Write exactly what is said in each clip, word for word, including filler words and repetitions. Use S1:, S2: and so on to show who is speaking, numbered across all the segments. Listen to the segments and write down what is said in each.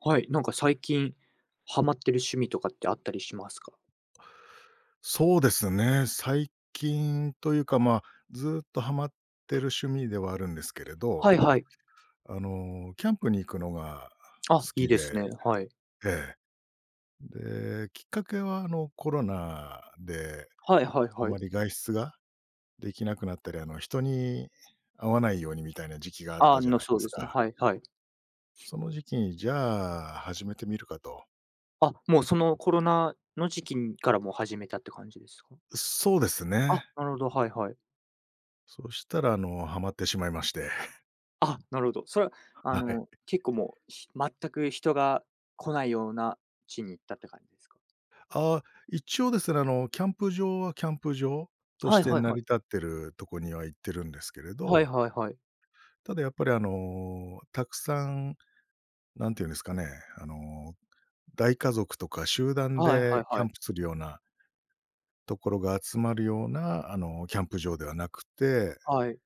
S1: はい、なんか最近ハマってる趣味とかってあったりしますか？
S2: そうですね。最近というか、まあ、ずっとハマってる趣味ではあるんですけれど、
S1: はいはい。
S2: あの、キャンプに行くのが
S1: あ、
S2: 好
S1: いい
S2: き
S1: です
S2: で、
S1: ね。はい。
S2: ええ。で、きっかけは、あの、コロナで
S1: はいはい
S2: あ
S1: はい。
S2: まり外出ができなくなったり、あの、人に会わないようにみたいな時期があった
S1: あ
S2: じゃ
S1: の、
S2: ないで
S1: そう
S2: す
S1: ですね。
S2: か。
S1: はいはい。
S2: その時期に、じゃあ、始めてみるかと。
S1: あ、もうそのコロナの時期にからもう始めたって感じですか？
S2: そうです
S1: あ、
S2: ね。
S1: なるほど、はいはい。
S2: そしたら、あの、ハマってしまいまして。
S1: あ、なるほど。それは あ
S2: は
S1: の、
S2: い。
S1: 結構もう、ひ全く人が来ないような地に行ったって感じですか？
S2: ああ、一応ですね、あの、キャンプ場はキャンプ場とし
S1: はい
S2: て
S1: はい
S2: 成
S1: は
S2: り
S1: い。
S2: 立ってるとこには行ってるんですけれ
S1: はい
S2: ど、
S1: はいはい。
S2: ただやっぱりあの、たくさん、なんていうんですかね、あの、大家族とか集団
S1: はいは
S2: で
S1: い
S2: キャ
S1: は
S2: ン
S1: い。
S2: プするようなところが集まるような、あの、キャンプ場ではなくて、
S1: はい。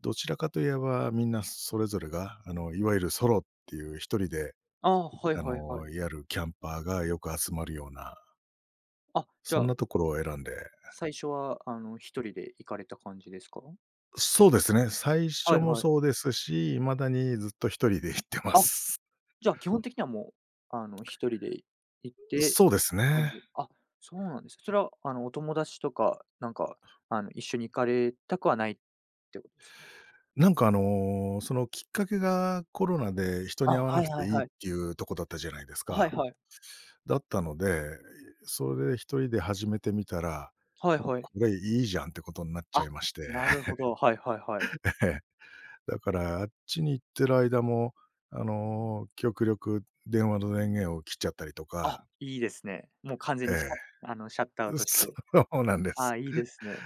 S2: どちらかといえばみんなそれぞれが、あの、いわゆるソロっていう一人で、
S1: あはい
S2: あ
S1: はいは
S2: の、
S1: い。
S2: やるキャンパーがよく集まるような、
S1: あ、じゃ
S2: そん
S1: あ、
S2: なところを選んで、
S1: 最初はあの、一人で行かれた感じですか？
S2: そうですね。最初
S1: はい
S2: も
S1: はい。
S2: そうですし、未だにずっと一人で行ってま
S1: あ、
S2: す。
S1: じゃあ基本的にはもう、あの、一人で行って
S2: そうです
S1: 感
S2: ね。
S1: じあ、そうなんです。それは、あの、お友達とか、なんか、あの、一緒に行かれたくはないってことですか？
S2: なんかあの、そのきっかけがコロナで人
S1: あ、
S2: に会わな
S1: はい
S2: くて
S1: はい
S2: いいっ
S1: はい。
S2: ていうとこだったじゃないです
S1: はい
S2: か。
S1: はい。
S2: だったので、それで一人で始めてみたら、
S1: はいはい。
S2: これいいじゃんってことになっちゃい
S1: あ、
S2: まして。
S1: なるほど。はいはいはい。
S2: だからあっちに行ってる間も、あの、極力電話の電源を切っちゃったりと
S1: あ、
S2: か、
S1: いいですね。もう完全
S2: え
S1: にシャッ
S2: え、
S1: あの、シャットアウ トし
S2: そ
S1: て。
S2: うなんで
S1: あ
S2: す。
S1: あ、いいですね。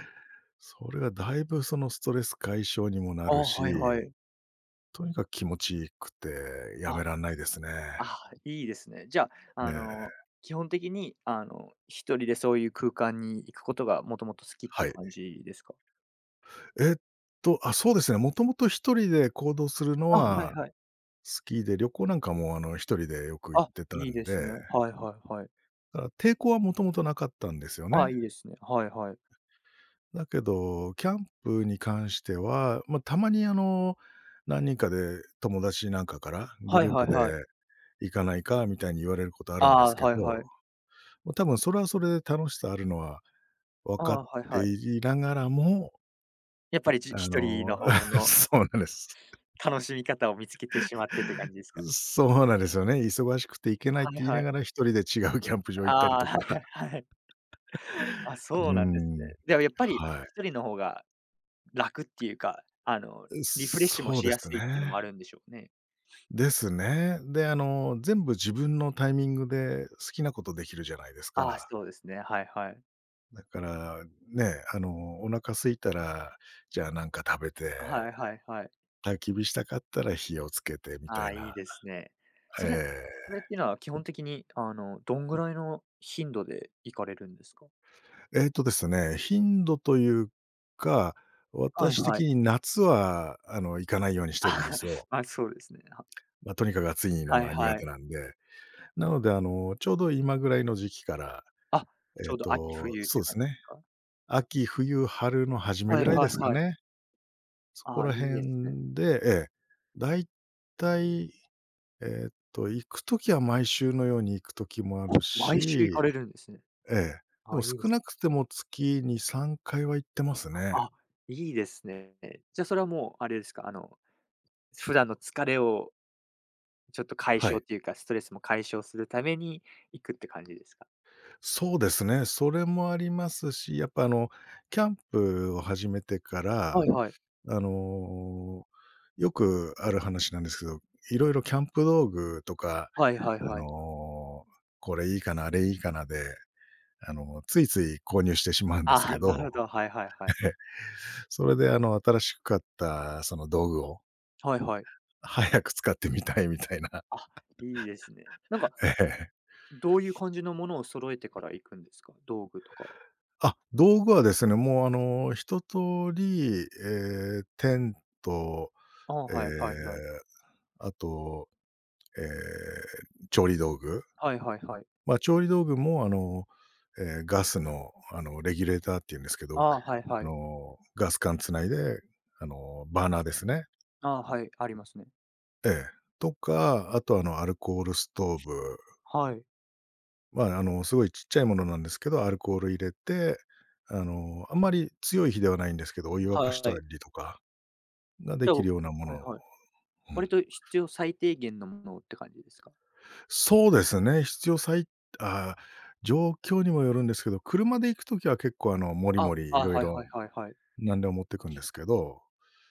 S2: それがだいぶそのストレス解消にもな
S1: あ
S2: る
S1: あ、
S2: し、
S1: はいはい。
S2: とにかく気持ちいくてやめ
S1: あ。
S2: らんないですね。
S1: あ、いいですね。じゃあ、
S2: え
S1: あ
S2: え、
S1: の、基本的に、あの、一人でそういう空間に行くことがもともと好きって
S2: はい。
S1: 感じですか？
S2: えっと、あ、そうですね、もともと一人で行動するの
S1: あ、はい
S2: は
S1: はい。
S2: 好きで、旅行なんかもあの、一人でよく行っ
S1: あ。
S2: てた
S1: いい
S2: ん
S1: ですね。
S2: で、
S1: はいはいはい。
S2: だから抵抗はもともとなかったんですよ
S1: あ、
S2: ね。
S1: いいですね。はいはい。
S2: だけど、キャンプに関しては、まあ、たまにあの、何人かで友達なんかから、グ
S1: はい
S2: ルー
S1: は
S2: プ
S1: い
S2: で
S1: はい。
S2: 行かないかみたいに言われることあるんで
S1: ああ、
S2: すけど、
S1: はいはい。
S2: もう多分それはそれで楽しさあるのは分
S1: あ
S2: かっ
S1: あ、はい
S2: て
S1: はい。
S2: いながらも、
S1: やっぱりじ
S2: あ
S1: 一人の
S2: の、
S1: 方 の
S2: そうなんです。
S1: 楽しみ方を見つけてしまってって感じですか？
S2: そうなんですよね。忙しくて行けないっ
S1: はい
S2: て言いな
S1: はい。
S2: がら、一人で違うキャンプ場行ったり
S1: ああ、
S2: と
S1: はい
S2: か。
S1: はいはい。あ、
S2: う
S1: そう
S2: ー
S1: なんです
S2: ん。
S1: ね。でもやっぱり
S2: は
S1: 一人の方が楽っていうか、あの、
S2: い。
S1: リフレッシュも
S2: そう
S1: し
S2: で
S1: やす
S2: す
S1: いっていうのも
S2: ね。
S1: あるんでしょうね。
S2: ですね。で、あの、全部自分のタイミングで好きなことできるじゃないです
S1: ああ、
S2: か。
S1: そうですね。はいはい。
S2: だから、ね、あの、お腹空いたら、じゃあなんか食べて、
S1: はいはいはい。
S2: 焚き火したかったら火をつけてみた
S1: あ
S2: い
S1: あ、いい
S2: な。
S1: ですね。
S2: え
S1: それ
S2: え。
S1: それっていうのは基本的に、あの、どんぐらいの頻度で行かれるんですか？
S2: えっとですね、頻度というか、
S1: はい
S2: 私
S1: は
S2: 的
S1: い。
S2: に夏は、あの、行かないようにし てるんで
S1: あ
S2: すよ。
S1: まあ、そうですね。は
S2: まあ、とにかく暑いの
S1: はい
S2: が苦
S1: は
S2: 手
S1: い。
S2: なんで。なので、あの、ちょうど今ぐらいの時期から、
S1: あ、ち
S2: え
S1: ょう
S2: っ
S1: ど秋
S2: と、
S1: 冬っ
S2: そ
S1: て
S2: うで
S1: 感
S2: す
S1: じで
S2: ね、
S1: すか？
S2: 秋、冬、春の初め
S1: は
S2: ぐ
S1: い
S2: らいで
S1: はい
S2: すか
S1: はい。
S2: ね。そこ
S1: ああ、
S2: ら
S1: いいですね。
S2: 辺で、ええ、だいたい、えっと、行くときは毎週のように行く時もあ
S1: あ、
S2: る
S1: 毎週行
S2: し、
S1: かれるんですね。
S2: ええ、で
S1: あ
S2: も
S1: あ、いいで
S2: 少
S1: す。
S2: なくても月にさんかいは行ってますね。
S1: あ、いいですね。じゃ、それはもうあれですか、あの、普段の疲れをちょっと解
S2: は
S1: 消っ
S2: い。
S1: ていうか、ストレスも解消するために行くって感じですか？
S2: そうですね。それもありますし、やっぱあの、キャンプを始めてから、
S1: はいはい。
S2: あの、よくある話なんですけど、いろいろキャンプ道具とか、
S1: はいはい
S2: あ
S1: はい。
S2: の、これいいかな、あれいいかなで、あの、ついつい購入してしまうんです
S1: あ
S2: け
S1: あ、なる
S2: ど、
S1: ほど、はいはいは い。
S2: ええ、それであの、新しく買ったその道具を
S1: はいはい。
S2: 早く使ってみたいみたいな。
S1: あ、いいですね。なんか、
S2: ええ。
S1: どういう感じのものを揃えてから行くんですか？道具とかは。
S2: あ、道具はですね、もうあの、一通り、えーテント
S1: ああ、
S2: えー
S1: はいはいはい。
S2: あと、えー調理道具。
S1: はいはいはい。
S2: まあ、調理道具も、あの、えーガスの、あの、レギュレーターっていうんですけど、
S1: ああ、はい
S2: あ
S1: はい。
S2: の、ガス管つないで、あの、バーナーですね。
S1: ああ、はい、ありますね。
S2: ええ。とか、あと、あの、アルコールストーブ。
S1: はい。
S2: まあ、あの、すごいちっちゃいものなんですけど、アルコール入れて、あの、あんまり強い火ではないんですけど、お湯沸かし
S1: は
S2: た
S1: い。
S2: りとかがで
S1: じゃあ、
S2: き
S1: は
S2: るようなもの
S1: い
S2: を、
S1: はい。
S2: うん。
S1: 割と必要最低限のものって感じですか？
S2: そうですね、必要最あー状況にもよるんですけど、車で行くときは結構あの、もり
S1: あ、
S2: もりい
S1: あ、
S2: ろい
S1: はい
S2: ろ
S1: はいはいはい。
S2: 何でも持ってくんですけど、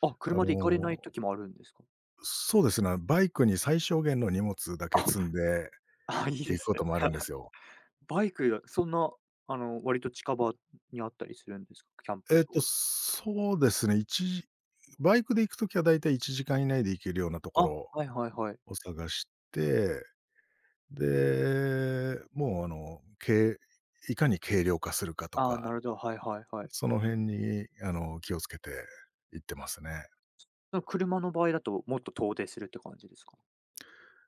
S1: あ、
S2: あ
S1: 車で行かれない
S2: の、
S1: 時もあるんですか？
S2: そうですね、バイクに最小限の荷物だけ積
S1: あ、
S2: んで
S1: あ、いいで
S2: 行く
S1: す
S2: こと
S1: ね。
S2: もあるんですよ。
S1: バイク、そんな、あの、割と近場にあったりするんですか？キャンプ
S2: えっ
S1: 場。
S2: と、そうですね、一時バイクで行くときはだいたいいちじかん以内で行けるようなとこ
S1: あ、
S2: ろ
S1: はいはいはい。
S2: を探して、で、もうあの、軽いかに軽量化するかと
S1: ああ、な
S2: か
S1: るほど、はいはいはい。
S2: その辺に、あの、気をつけて行ってますね。
S1: その車の場合だと、もっと遠出するって感じですか？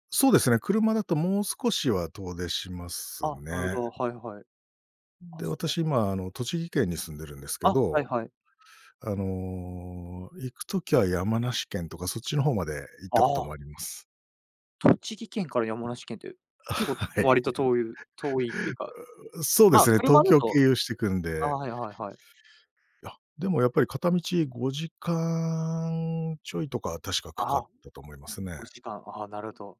S2: そうですね、車だともう少しは遠出しま
S1: あ、
S2: す
S1: なるほ
S2: ね。
S1: ど、はいはい。あ、
S2: で、
S1: そう
S2: 私
S1: なんです
S2: 今、あの、栃木県に住んでるんですけ
S1: あ、はい
S2: ど、
S1: はい。
S2: あの、行くときは山梨県とかそっちの方まで行ったこと
S1: あ
S2: もあり
S1: あ、
S2: ます。
S1: 栃木県から山梨県って、結構
S2: はい。
S1: 割と遠い遠いっていうか、
S2: そうで
S1: まあ、
S2: すね、東
S1: 車だ
S2: 京経
S1: と
S2: 由してくん
S1: あ、
S2: で、
S1: はいはいはい。
S2: いや、でもやっぱり片道ごじかんちょいとか確かかか
S1: あ
S2: っ
S1: あ、
S2: たと思いますね。
S1: ごじかん、ああ、なるほど。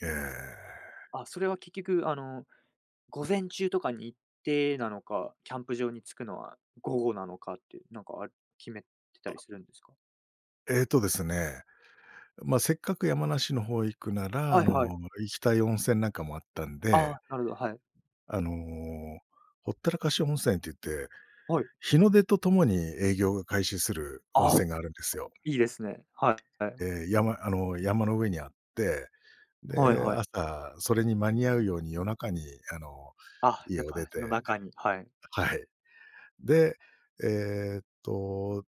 S2: ええ。
S1: あ、それは結局あの、午前中とかに行ってなのか、キャンプ場に着くのは午後なのかって、なんかあ決めてたりするんですか？
S2: ええとですねまあ、せっかく山梨の方行くなら、
S1: は
S2: あ
S1: いはい。
S2: の、行きたい温泉なんかもあったん
S1: あ
S2: で、
S1: あ、なるほど、はい。
S2: あの、ほったらかし温泉って言って、
S1: はい。
S2: 日の出とともに営業が開始する温
S1: ああ。
S2: 泉があるんですよ。
S1: いいですね。はい。
S2: えー山あの、山の上にあって、
S1: はい
S2: で、
S1: はい。
S2: 朝それに間に合うように夜中に、あの、
S1: あ、
S2: 家
S1: やっ
S2: を出
S1: ぱ
S2: て、
S1: 夜中に、はい。
S2: はい。で、えーっと、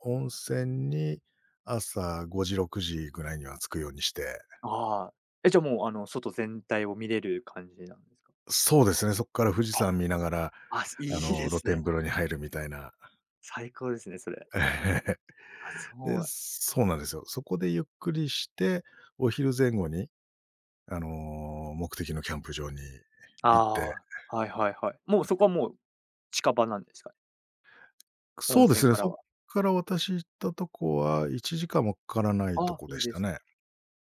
S2: 温泉に朝ごじ、ろくじぐらいには着くようにして、
S1: ああ。え、じゃあもう、あの、外全体を見れる感じなんですか？
S2: そうですね、そこから富士
S1: あ、
S2: 山見ながら、
S1: あ、い
S2: あ
S1: い
S2: の、
S1: で
S2: 露
S1: す
S2: 天
S1: ね。
S2: 風呂に入るみたいな。
S1: 最高ですね、それ。
S2: ええ。
S1: あ、そ
S2: で、
S1: う。
S2: そうなんですよ。そこでゆっくりして、お昼前後に、あの、目的のキャンプ場に行って。
S1: ああ、はいはいはい。もうそこはもう、近場なんですかね？
S2: そ
S1: 温
S2: うで
S1: 泉
S2: すね、
S1: か
S2: そ
S1: ら
S2: っ
S1: は。
S2: から私行ったとこはいちじかんもかからないと
S1: あ、
S2: こ
S1: い
S2: で
S1: い
S2: し
S1: で
S2: た
S1: すね。
S2: ね。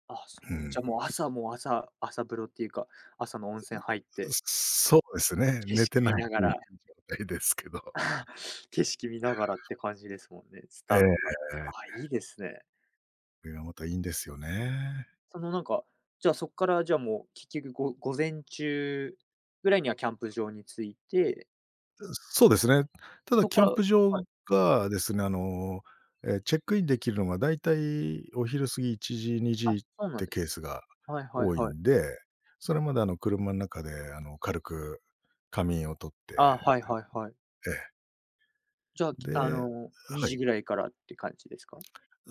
S1: あ、そ
S2: う
S1: う。じゃ
S2: ん。
S1: あもう朝もう朝朝風呂っていうか、朝の温泉入って、
S2: そうですね、
S1: 景
S2: 寝
S1: 色
S2: てな
S1: 見
S2: い
S1: な がら
S2: 状態ですけど。
S1: 景色見ながらって感じですもんね、ス
S2: え
S1: タートが。あ、
S2: え。
S1: いいですね。
S2: これがまたいいんですよね。
S1: そのなんか、じゃあそっからじゃあもう結局ご午前中ぐらいにはキャンプ場に着いて、
S2: そうですね。ただ
S1: そっ
S2: キ
S1: か
S2: ャ
S1: ら
S2: ン
S1: は
S2: プ場
S1: い。
S2: がですね、あの、え、チェックインできるのがだいたいお昼過ぎいちじ、2
S1: あ、
S2: 時
S1: そう
S2: っ
S1: なん
S2: て
S1: です。
S2: ケースが
S1: はいはい
S2: 多い
S1: はい。
S2: んで、それまであの車の中であの軽く仮眠をとって、
S1: あ、はいはいはい。
S2: ええ、
S1: じゃあ、きあ
S2: で、
S1: の、2
S2: はい、
S1: 時ぐらいからって感じですか？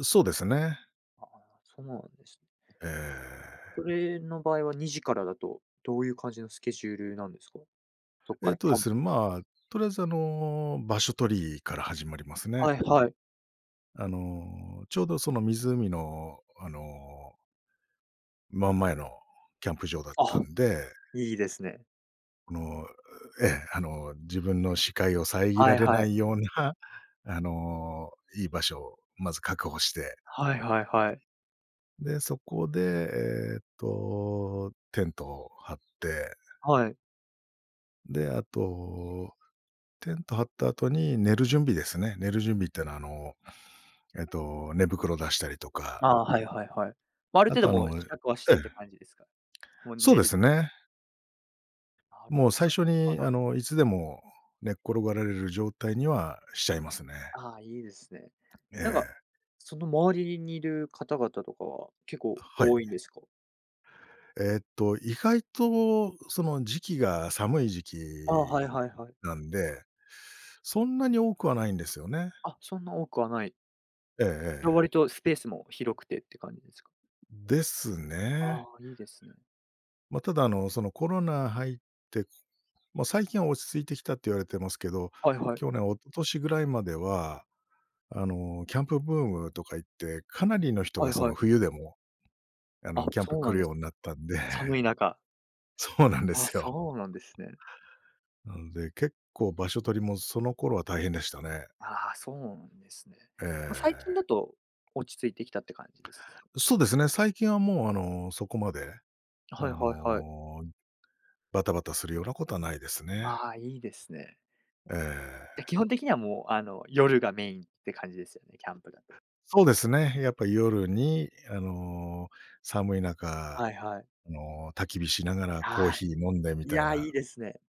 S2: そうですね。
S1: ああ、そうなんですね。
S2: ええ。
S1: それの場合はにじからだと、どういう感じのスケジュールなんですか？そっか
S2: えっ
S1: らキ
S2: とで
S1: ャン
S2: すね、
S1: プ
S2: まあ、とりあえずあの、場所取りから始まりますね。
S1: はいはい。
S2: あの、ちょうどその湖のあの、真ん前のキャンプ場だった
S1: あ、
S2: んで、
S1: いいですね。
S2: この、ええ、あの、自分の視界を遮
S1: は
S2: ら
S1: い
S2: れ
S1: は
S2: な
S1: い。
S2: いような、あの、いい場所をまず確保して、
S1: はいはいはい。
S2: で、そこで、えっと、テントを張って、
S1: はい。
S2: で、あと、テント張った後に寝る準備ですね。寝る準備ってのは、あの、えっと、寝袋出したりとか、
S1: ああ、はいはいはい。ま、ある
S2: あ
S1: 程
S2: と、
S1: 度
S2: あ
S1: もう
S2: のえ
S1: 支度はし
S2: え、
S1: てって感じですか？もう
S2: そう
S1: 寝
S2: で
S1: る
S2: すね。
S1: なる
S2: も
S1: ほ
S2: う
S1: ど。
S2: 最
S1: さ
S2: 初
S1: はい
S2: に、
S1: は
S2: あ
S1: い。
S2: の、いつでも寝っ転がられる状態にはしちゃいますね。
S1: ああ、いいですね。
S2: え
S1: なんか、
S2: え、
S1: その周りにいる方々とかは結構
S2: はい。
S1: 多いんですか？
S2: えーっと、意外とその時期が寒い時期
S1: ああ、はいはいはい。
S2: なんで、そんなに多くはないんですよね。
S1: あ、そんな多くはない。
S2: ええ
S1: じゃ、
S2: え
S1: 割
S2: え。
S1: とスペースも広くてって感じですか？
S2: です
S1: あ
S2: ね。
S1: あ、いいですね。
S2: まあ、ただあの、そのコロナ入って、まあ、最近は落ち着いてきたって言われてますけど、
S1: はいはい。
S2: 去年、一昨年ぐらいまでは、あの、キャンプブームとか言って、かなりの人
S1: は
S2: が
S1: い
S2: そ
S1: は
S2: の
S1: い。
S2: 冬でも、あ
S1: あ、
S2: の、キャンプ
S1: そう
S2: 来
S1: なん
S2: る
S1: です。
S2: ようになったんで、
S1: 寒い中。
S2: そうなんで
S1: あ、
S2: すよ。
S1: そうなんですね。
S2: なので、結構場所取りもその頃は大変でしたね。
S1: ああ、そうなんですね。
S2: え
S1: ま、最近だ
S2: え。
S1: と落ち着いてきたって感じですか？
S2: そうですね、最近はもう、あの、そこまで、あ
S1: はいはいはい。
S2: の、バタバタするようなことはないですね。
S1: ああ、いいですね。
S2: え
S1: じゃ、基
S2: え。
S1: 本的にはもう、あの、夜がメインって感じですよね、キャンプだと。
S2: そうですね、やっぱ夜に、あの、寒い中、
S1: はいはい。
S2: あの、焚き火しながらコー
S1: はい。
S2: ヒー飲んでみ
S1: い
S2: たい
S1: や、
S2: な。
S1: いいですね。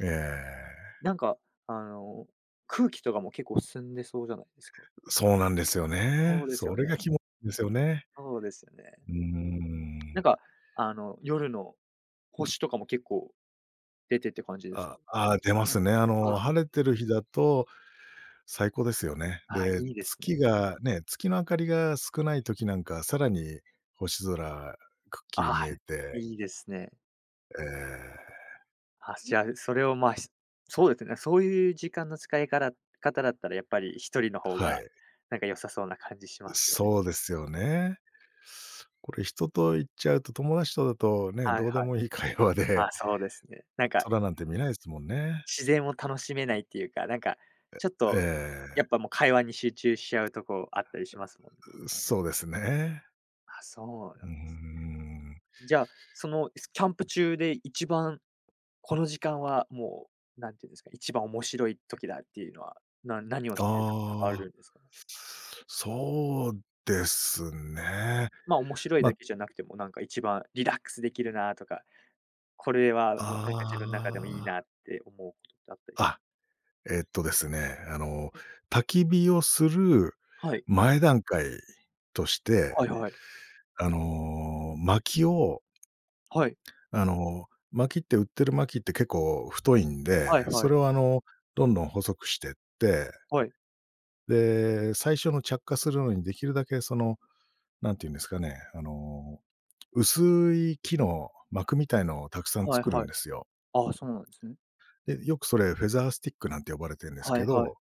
S2: ええ。
S1: なんか、あの、空気とかも結構澄んでそうじゃないですか？
S2: そうなんですよね。
S1: そうです
S2: そ
S1: よ
S2: れ
S1: ね。
S2: が気持ちいいんですよね。
S1: そうですよね。
S2: うー
S1: なん
S2: ん。
S1: か、あの、夜の星とかも結構出てって感じですか？
S2: あ、ああ、出
S1: 星
S2: ますね。あの、
S1: あ、
S2: 晴れてる日だと最高ですよね。
S1: あ、い
S2: で、
S1: いですね。
S2: 月がね、月の明かりが少ない時なんか、さらに星空くっきり見
S1: あ、
S2: えて、
S1: い。いですね。
S2: ええ、
S1: あ、じゃあ、それを、まあ、しそうですね、そういう時間の使いから方だったらやっぱり一人の方
S2: は
S1: が、
S2: い。
S1: なんか良さそうな感じしますよね。
S2: そうですよね。これ人と行っちゃうと、友達とだとね、
S1: はい
S2: どうで
S1: はい。
S2: もいい会話
S1: ま
S2: で、
S1: あ、そうですね。なんか
S2: 空なんて見ないですもんね。
S1: 自然を楽しめないっていうか、なんか、ちょっと、や
S2: え
S1: っぱもう会話に集中しちゃうとこあったりしますもんね。
S2: え、そうですね。
S1: あ、そう
S2: う
S1: な
S2: ー
S1: ん
S2: ん。
S1: じゃあ、その、すキャンプ中で一番この時間はもう、なんていうんですか、一番面白い時だっていうのは、な何を
S2: あ
S1: してる時とかあ
S2: あ。
S1: るんですかね？
S2: そうですね。
S1: まあ、面白いだ
S2: ま、
S1: けじゃなくても、なんか一番リラックスできるなとか、これは、わなんか自分の中でもいい
S2: あ
S1: な
S2: あ。
S1: って思うことってあったりし
S2: あえっとですね、あの、焚き火をする
S1: はい。
S2: 前段階として、
S1: はいはい。
S2: あの、薪を、
S1: はい。
S2: あの、薪って売ってる薪って結構太いん
S1: はい
S2: で、そ
S1: はい。
S2: れをあの、どんどん細くしてって、
S1: はい。
S2: で、最初の着火するのにできるだけその、なんていうんですかね、あの、薄い木の膜みたいのをたくさん
S1: はい
S2: 作る
S1: は
S2: ん
S1: い。
S2: ですよ。
S1: ああ、そうなんですね。
S2: で、よくそれフェザースティックなんて呼ばれてるんです
S1: は
S2: け
S1: いはい。
S2: ど、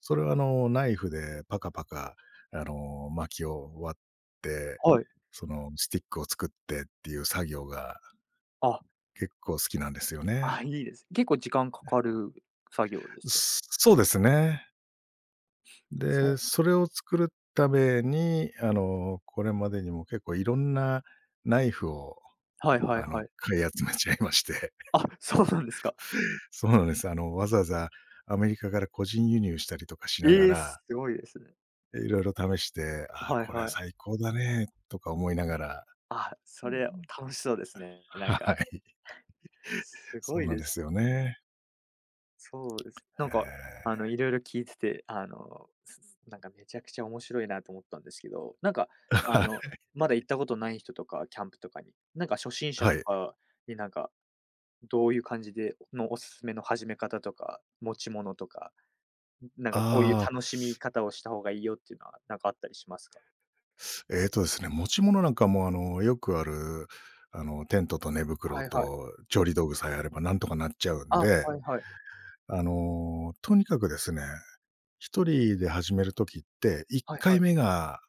S2: それはあの、ナイフでパカパカ、あの、薪を割って、
S1: はい。
S2: そのスティックを作ってっていう作業が
S1: あ、
S2: 結構好きなんですよ
S1: あ、
S2: ね。
S1: いいです。結構時間かかる作業ですか？
S2: すそうですね。で、
S1: そう。
S2: それを作るために、あの、これまでにも結構いろんなナイフを、
S1: はいはい
S2: あの、
S1: はい。
S2: 買い集めちゃいまして。
S1: あ、そうなんですか。
S2: そうなんです。あの、わざわざアメリカから個人輸入したりとかしなが
S1: ええ、
S2: ら、
S1: すごいですね。
S2: いろいろ試して、ああ、
S1: はい
S2: これは
S1: はい。
S2: 最高だねとか思いながら、
S1: あ、それ楽しそうですね。なん
S2: は
S1: か、
S2: い、
S1: す
S2: そ
S1: ご
S2: う
S1: い
S2: なん
S1: で
S2: で
S1: す。
S2: すよね。
S1: そうです。なんか、
S2: え
S1: あの、いろいろ聞いてて、あの、すすなんかめちゃくちゃ面白いなと思ったんですけど、なんか、
S2: ー
S1: あ
S2: は
S1: の、
S2: い、
S1: まだ行ったことない人とか、キャンプとかに、なんか初心者
S2: は
S1: と
S2: い。
S1: かになんか、どういう感じでのおすすめの始め方とか、持ち物とかなんかこういう
S2: ああ、
S1: 楽しみ方をした方がいいよっていうのは、なんかあったりしますか？
S2: えっとですね、持ち物なんかも、あの、よくある、あの、テントと寝袋
S1: はいはい。
S2: と調理道具さえあればなんとかなっちゃうん
S1: あ、
S2: で、
S1: はいはい。
S2: あの、とにかくですね、一人で始める時って、一
S1: はいは
S2: 回
S1: い。
S2: 目が、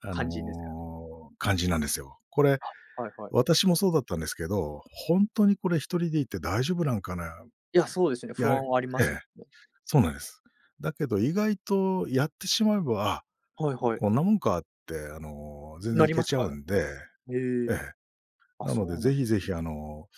S2: あ
S1: 肝心ですか？
S2: の、肝心なんですよ。これ、
S1: はいはい。
S2: 私もそうだったんですけど、本当にこれ一人で行って大丈夫なんかな、
S1: いや、そうですね、不
S2: や
S1: 安はありま
S2: え
S1: すも
S2: え。
S1: んね。
S2: そうなんです。だけど意外とやってしまえば、あ、
S1: はいはい。
S2: こんなもんかって、あの、全然
S1: な
S2: い
S1: り
S2: け
S1: ます
S2: ちゃ
S1: か？
S2: うんで、
S1: へ
S2: え
S1: え。
S2: え。
S1: あ、
S2: なの
S1: そ
S2: で、
S1: うな
S2: ぜ
S1: んです。
S2: ひぜひ、あの、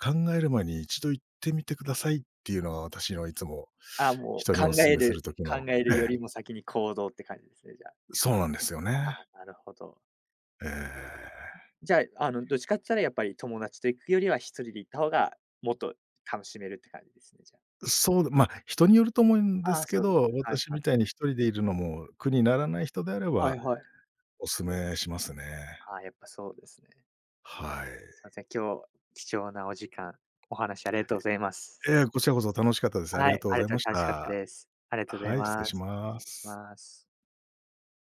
S2: 考える前にいちど行ってみてくださいっていうのが私のいつも
S1: あ、もう
S2: 人にお
S1: 考
S2: 勧
S1: え
S2: めする
S1: る
S2: 時
S1: 考
S2: の、
S1: える
S2: え
S1: よ
S2: え、
S1: りも先に行動って感じですね、じゃあ。
S2: そうなんですよね。
S1: あ、なるほど。
S2: ええ。
S1: じゃあ、あの、どっちかって言ったらやっぱり友達と行くよりは一人で行った方が、もっと楽しめるって感じですね、じゃあ。
S2: そう、まあ、人によると思うんで
S1: あ
S2: す
S1: あ、
S2: け
S1: そうです
S2: ど、
S1: ね。はい
S2: 私
S1: は
S2: み
S1: い。
S2: たいに一人でいるのも苦にならない人であれ
S1: は
S2: ば、
S1: いはい。
S2: お勧めしますね。
S1: ああ、やっぱそうですね。
S2: はい。
S1: すいません今日、貴重なお時間、お話ありがとうございます。
S2: ええ、こちらこそ楽しかったです。あり
S1: は
S2: が
S1: い、
S2: とうご
S1: あ
S2: ざ
S1: り
S2: い
S1: がと
S2: ま
S1: う
S2: し
S1: 楽しかった
S2: た。
S1: です。ありがとうござい
S2: はい、失礼
S1: ま
S2: し
S1: す。
S2: ま
S1: 失礼し
S2: す。
S1: ます。